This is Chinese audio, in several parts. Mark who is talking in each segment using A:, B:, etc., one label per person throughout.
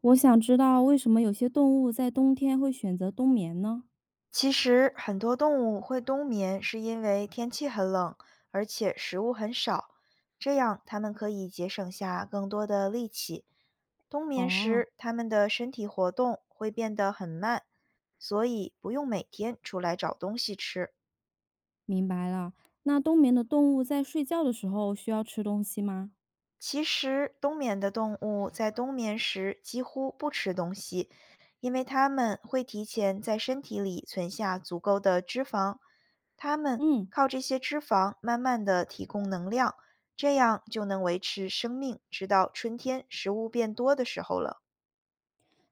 A: 我想知道为什么有些动物在冬天会选择冬眠呢？
B: 其实，很多动物会冬眠，是因为天气很冷，而且食物很少，这样它们可以节省下更多的力气。冬眠
A: 哦，
B: 时，它们的身体活动会变得很慢，所以不用每天出来找东西吃。
A: 明白了。那冬眠的动物在睡觉的时候需要吃东西吗？
B: 其实，冬眠的动物在冬眠时几乎不吃东西，因为它们会提前在身体里存下足够的脂肪，它们
A: 嗯，
B: 靠这些脂肪慢慢的提供能量，这样就能维持生命，直到春天食物变多的时候了。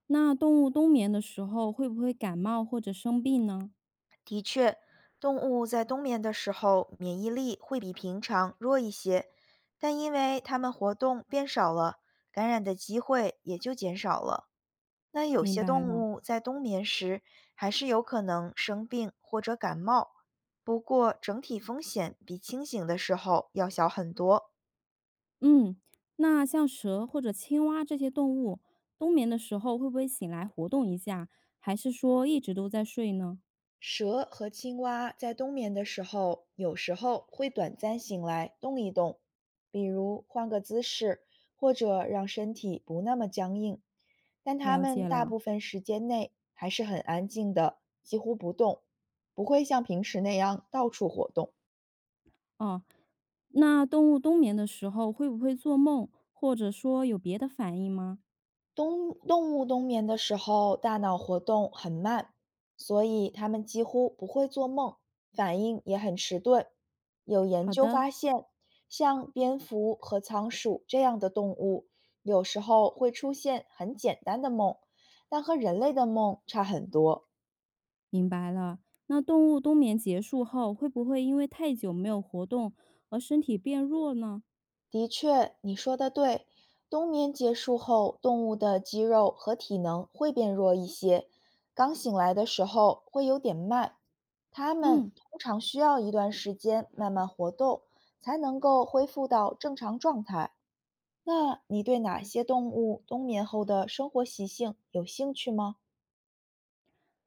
A: 那动物冬眠的时候会不会感冒或者生病呢？
B: 动物在冬眠的时候，免疫力会比平常弱一些，但因为它们活动变少了，感染的机会也就减少了。那有
A: 明
B: 些
A: 白
B: 动
A: 了。
B: 物在冬眠时还是有可能生病或者感冒，不过整体风险比清醒的时候要小很多。
A: 嗯，那像蛇或者青蛙这些动物，冬眠的时候会不会醒来活动一下，还是说一直都在睡呢？
B: 蛇和青蛙在冬眠的时候，有时候会短暂醒来动一动，比如换个姿势，或者让身体不那么僵硬，但它
A: 了
B: 们
A: 解
B: 大
A: 了。
B: 部分时间内还是很安静的，几乎不动，不会像平时那样到处活动。
A: 哦，那动物冬眠的时候会不会做梦，或者说有别的反应吗？
B: 冬动物冬眠的时候，大脑活动很慢，所以它们几乎不会做梦，反应也很迟钝。有研
A: 好
B: 究
A: 的，
B: 发现，像蝙蝠和仓鼠这样的动物，有时候会出现很简单的梦，但和人类的梦差很多。
A: 明白了。那动物冬眠结束后，会不会因为太久没有活动而身体变弱呢？
B: 的确，你说的对。冬眠结束后，动物的肌肉和体能会变弱一些，刚醒来的时候会有点慢。它们
A: 嗯
B: 通常需要一段时间慢慢活动，才能够恢复到正常状态。那你对哪些动物冬眠后的生活习性有兴趣吗？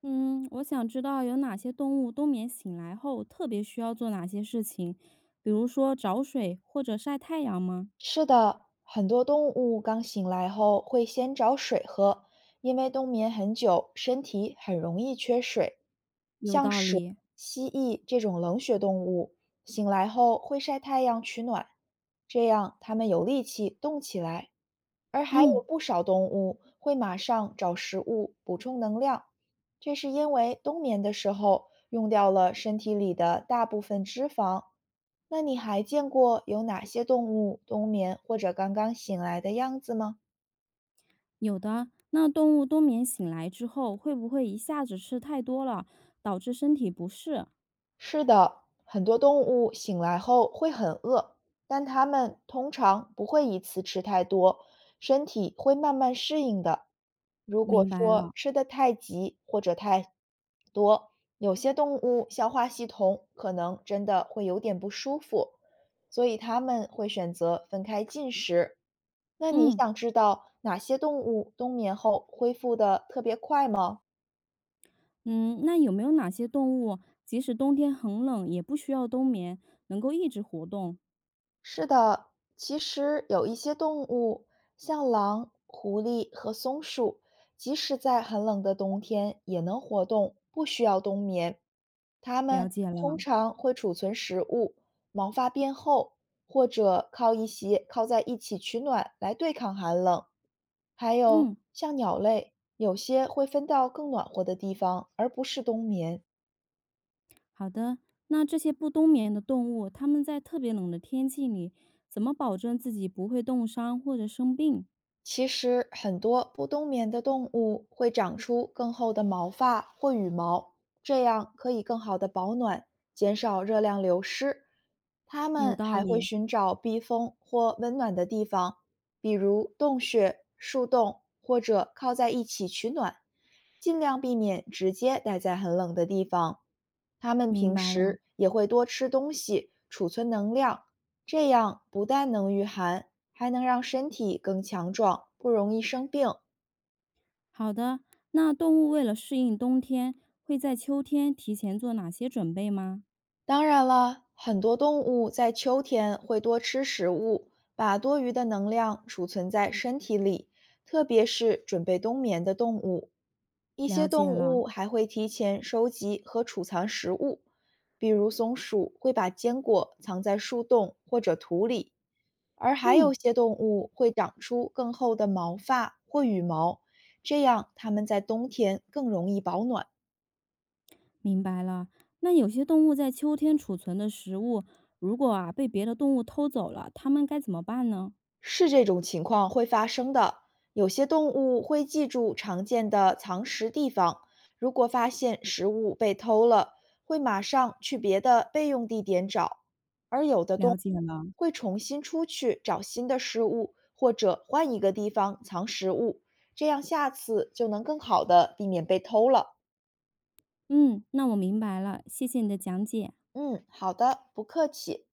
A: 嗯，我想知道有哪些动物冬眠醒来后特别需要做哪些事情，比如说找水或者晒太阳吗？
B: 是的，很多动物刚醒来后会先找水喝，因为冬眠很久，身体很容易缺水。
A: 有
B: 像
A: 道
B: 蛇、
A: 理。
B: 蜥蜴这种冷血动物，醒来后会晒太阳取暖，这样它们有力气动起来。而还
A: 嗯，
B: 有不少动物会马上找食物补充能量，这是因为冬眠的时候用掉了身体里的大部分脂肪。那你还见过有哪些动物冬眠或者刚刚醒来的样子吗？
A: 有的。那动物冬眠醒来之后，会不会一下子吃太多了，导致身体不适？
B: 是的，很多动物醒来后会很饿，但它们通常不会一次吃太多，身体会慢慢适应的。如果
A: 明白
B: 说
A: 了。
B: 吃得太急或者太多，有些动物消化系统可能真的会有点不舒服，所以它们会选择分开进食。那你
A: 嗯。
B: 想知道哪些动物冬眠后恢复的特别快吗？
A: 嗯，那有没有哪些动物即使冬天很冷也不需要冬眠，能够一直活动？
B: 是的，其实有一些动物，像狼、狐狸和松鼠，即使在很冷的冬天也能活动，不需要冬眠。它
A: 了
B: 们
A: 解
B: 通
A: 了，
B: 常会储存食物，毛发变厚，或者靠一些靠在一起取暖来对抗寒冷。还
A: 嗯，
B: 有像鸟类，有些会分到更暖和的地方，而不是冬眠。
A: 好的。那这些不冬眠的动物，它们在特别冷的天气里，怎么保证自己不会冻伤或者生病？
B: 其实，很多不冬眠的动物会长出更厚的毛发或羽毛，这样可以更好的保暖，减少热量流失。它
A: 有
B: 们
A: 道
B: 还会
A: 理，
B: 寻找避风或温暖的地方，比如洞穴、树洞，或者靠在一起取暖。尽量避免直接待在很冷的地方。它们
A: 明
B: 平
A: 白了。
B: 时也会多吃东西，储存能量，这样不但能御寒，还能让身体更强壮，不容易生病。
A: 好的，那动物为了适应冬天，会在秋天提前做哪些准备吗？
B: 当然了，很多动物在秋天会多吃食物，把多余的能量储存在身体里，特别是准备冬眠的动物。一
A: 了
B: 些
A: 解
B: 动
A: 了，
B: 物还会提前收集和储藏食物，比如松鼠会把坚果藏在树洞或者土里，而还
A: 嗯。
B: 有些动物会长出更厚的毛发或羽毛，这样它们在冬天更容易保暖。
A: 明白了。那有些动物在秋天储存的食物，如果啊被别的动物偷走了，它们该怎么办呢？
B: 是这种情况会发生的。有些动物会记住常见的藏食地方，如果发现食物被偷了，会马上去别的备用地点找；而有的动
A: 了
B: 物
A: 解了。
B: 会重新出去找新的食物，或者换一个地方藏食物，这样下次就能更好的避免被偷了。
A: 嗯，那我明白了，谢谢你的讲解。
B: 嗯，好的，不客气。